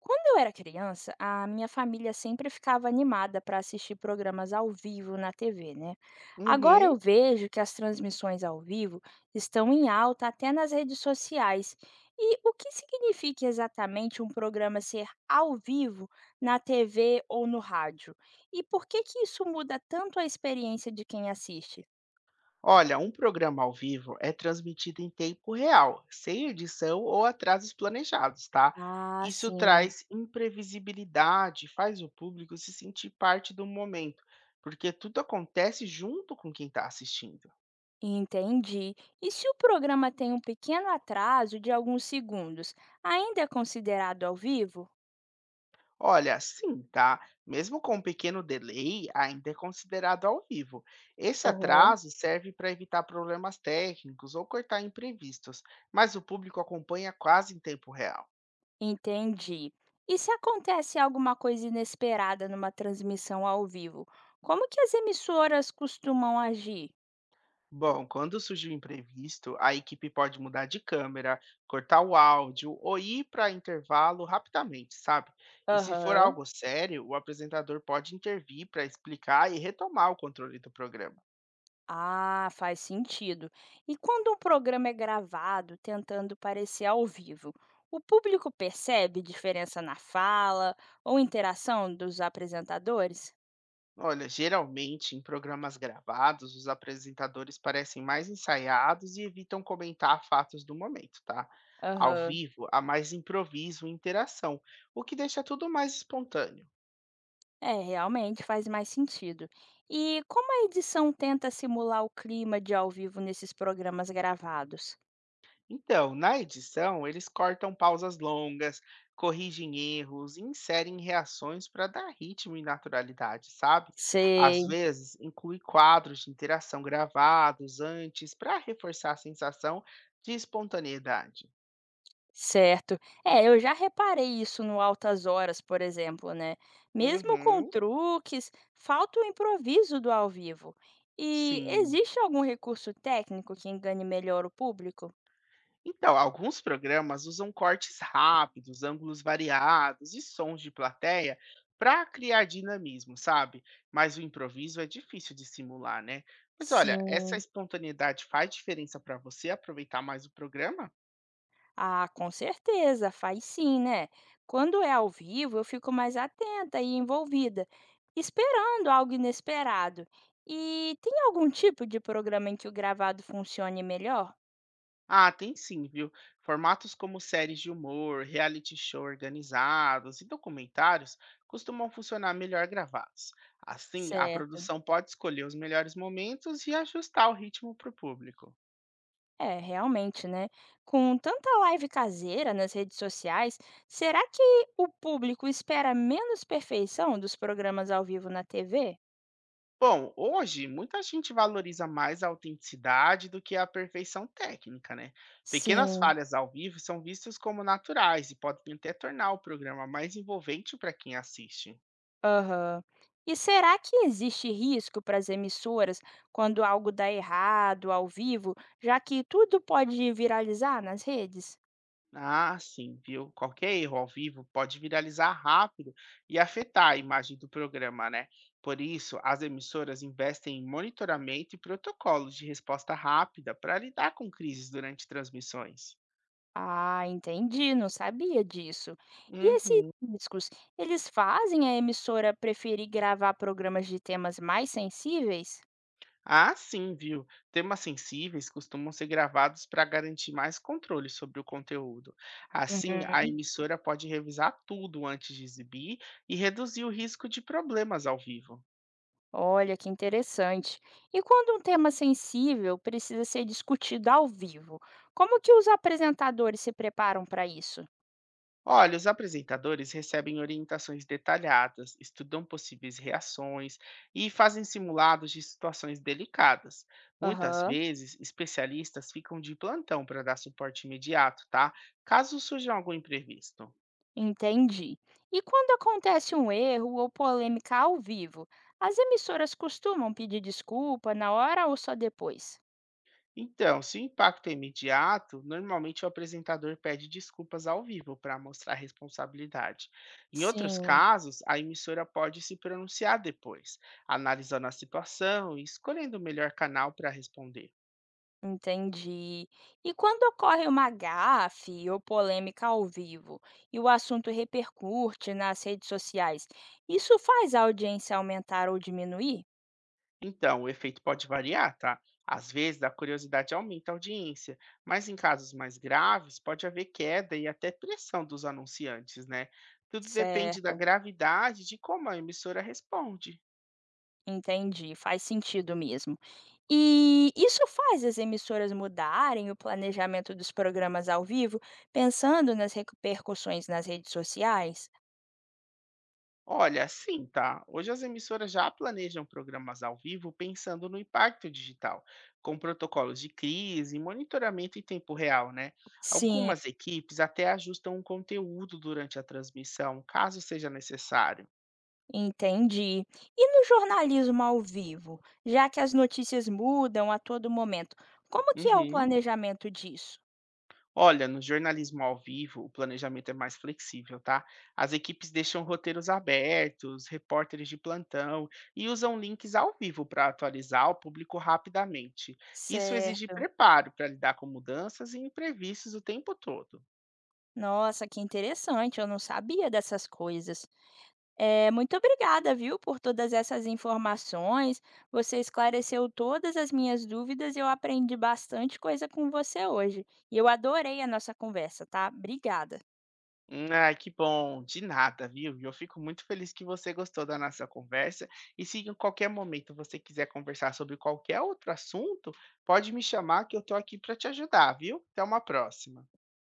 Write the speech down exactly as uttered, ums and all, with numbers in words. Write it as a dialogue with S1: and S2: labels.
S1: Quando eu era criança, a minha família sempre ficava animada para assistir programas ao vivo na T V, né? Agora
S2: Uhum.
S1: eu vejo que as transmissões ao vivo estão em alta até nas redes sociais. E o que significa exatamente um programa ser ao vivo na T V ou no rádio? E por que que isso muda tanto a experiência de quem assiste?
S2: Olha, um programa ao vivo é transmitido em tempo real, sem edição ou atrasos planejados, tá?
S1: Ah,
S2: Isso
S1: sim.
S2: traz imprevisibilidade, faz o público se sentir parte do momento, porque tudo acontece junto com quem está assistindo.
S1: Entendi. E se o programa tem um pequeno atraso de alguns segundos, ainda é considerado ao vivo?
S2: Olha, sim, tá? Mesmo com um pequeno delay, ainda é considerado ao vivo. Esse
S1: Aham.
S2: atraso serve para evitar problemas técnicos ou cortar imprevistos, mas o público acompanha quase em tempo real.
S1: Entendi. E se acontece alguma coisa inesperada numa transmissão ao vivo, como que as emissoras costumam agir?
S2: Bom, quando surge um imprevisto, a equipe pode mudar de câmera, cortar o áudio ou ir para intervalo rapidamente, sabe? E se for
S1: Aham.
S2: algo sério, o apresentador pode intervir para explicar e retomar o controle do programa.
S1: Ah, faz sentido. E quando um programa é gravado, tentando parecer ao vivo, o público percebe diferença na fala ou interação dos apresentadores?
S2: Olha, geralmente em programas gravados, os apresentadores parecem mais ensaiados e evitam comentar fatos do momento, tá? Ao
S1: Aham.
S2: vivo, há mais improviso e interação, o que deixa tudo mais espontâneo.
S1: É, realmente faz mais sentido. E como a edição tenta simular o clima de ao vivo nesses programas gravados?
S2: Então, na edição, eles cortam pausas longas, corrigem erros e inserem reações para dar ritmo e naturalidade, sabe? Às
S1: Sei,
S2: vezes, inclui quadros de interação gravados antes para reforçar a sensação de espontaneidade.
S1: certo. É, eu já reparei isso no Altas Horas, por exemplo, né? Mesmo com
S2: Uhum,
S1: truques, falta o improviso do ao vivo. E
S2: sim.
S1: existe algum recurso técnico que engane melhor o público?
S2: Então, alguns programas usam cortes rápidos, ângulos variados e sons de plateia para criar dinamismo, sabe? Mas o improviso é difícil de simular, né? Mas olha, essa
S1: Sim.
S2: espontaneidade faz diferença para você aproveitar mais o programa?
S1: Ah, com certeza, faz sim, né? Quando é ao vivo, eu fico mais atenta e envolvida, esperando algo inesperado. E tem algum tipo de programa em que o gravado funcione melhor?
S2: Ah, tem sim, viu? Formatos como séries de humor, reality show organizados e documentários costumam funcionar melhor gravados. Assim, a
S1: Certo.
S2: produção pode escolher os melhores momentos e ajustar o ritmo para o público.
S1: É, realmente, né? Com tanta live caseira nas redes sociais, será que o público espera menos perfeição dos programas ao vivo na T V?
S2: Bom, hoje muita gente valoriza mais a autenticidade do que a perfeição técnica, né? Pequenas
S1: Sim.
S2: falhas ao vivo são vistas como naturais e podem até tornar o programa mais envolvente para quem assiste.
S1: Aham. E será que existe risco para as emissoras quando algo dá errado ao vivo, já que tudo pode viralizar nas redes?
S2: Ah, sim, viu? Qualquer erro ao vivo pode viralizar rápido e afetar a imagem do programa, né? Por isso, as emissoras investem em monitoramento e protocolos de resposta rápida para lidar com crises durante transmissões.
S1: Ah, entendi, não sabia disso. E esses
S2: Uhum.
S1: riscos, eles fazem a emissora preferir gravar programas de temas mais sensíveis?
S2: Ah, sim, viu? Temas sensíveis costumam ser gravados para garantir mais controle sobre o conteúdo. Assim, a
S1: Uhum.
S2: emissora pode revisar tudo antes de exibir e reduzir o risco de problemas ao vivo.
S1: Olha que interessante. E quando um tema sensível precisa ser discutido ao vivo, como que os apresentadores se preparam para isso?
S2: Olha, os apresentadores recebem orientações detalhadas, estudam possíveis reações e fazem simulados de situações delicadas. Muitas
S1: Aham.
S2: vezes, especialistas ficam de plantão para dar suporte imediato, tá? Caso surja algum imprevisto.
S1: Entendi. E quando acontece um erro ou polêmica ao vivo, as emissoras costumam pedir desculpa na hora ou só depois?
S2: Então, se o impacto é imediato, normalmente o apresentador pede desculpas ao vivo para mostrar responsabilidade. Em outros
S1: Sim,
S2: casos, a emissora pode se pronunciar depois, analisando a situação e escolhendo o melhor canal para responder.
S1: entendi. E quando ocorre uma gafe ou polêmica ao vivo e o assunto repercute nas redes sociais, isso faz a audiência aumentar ou diminuir?
S2: Então, o efeito pode variar, tá? Às vezes, a curiosidade aumenta a audiência, mas em casos mais graves, pode haver queda e até pressão dos anunciantes, né? Tudo depende da
S1: Certo.
S2: gravidade e de como a emissora responde.
S1: Entendi, faz sentido mesmo. E isso faz as emissoras mudarem o planejamento dos programas ao vivo, pensando nas repercussões nas redes sociais?
S2: Olha, sim, tá. Hoje as emissoras já planejam programas ao vivo pensando no impacto digital, com protocolos de crise, monitoramento em tempo real, né?
S1: Sim,
S2: Algumas equipes até ajustam o conteúdo durante a transmissão, caso seja necessário.
S1: entendi. E no jornalismo ao vivo, já que as notícias mudam a todo momento, como que é o
S2: Uhum.
S1: planejamento disso?
S2: Olha, no jornalismo ao vivo, o planejamento é mais flexível, tá? As equipes deixam roteiros abertos, repórteres de plantão e usam links ao vivo para atualizar o público rapidamente. Isso exige
S1: Certo.
S2: preparo para lidar com mudanças e imprevistos o tempo todo.
S1: Nossa, que interessante, eu não sabia dessas coisas. É, muito obrigada, viu, por todas essas informações. Você esclareceu todas as minhas dúvidas e eu aprendi bastante coisa com você hoje. E eu adorei a nossa conversa, tá? Obrigada.
S2: Hum, Ai, que bom, de nada, viu? E eu fico muito feliz que você gostou da nossa conversa. E se em qualquer momento você quiser conversar sobre qualquer outro assunto, pode me chamar que eu estou aqui para te ajudar, viu? Até uma próxima.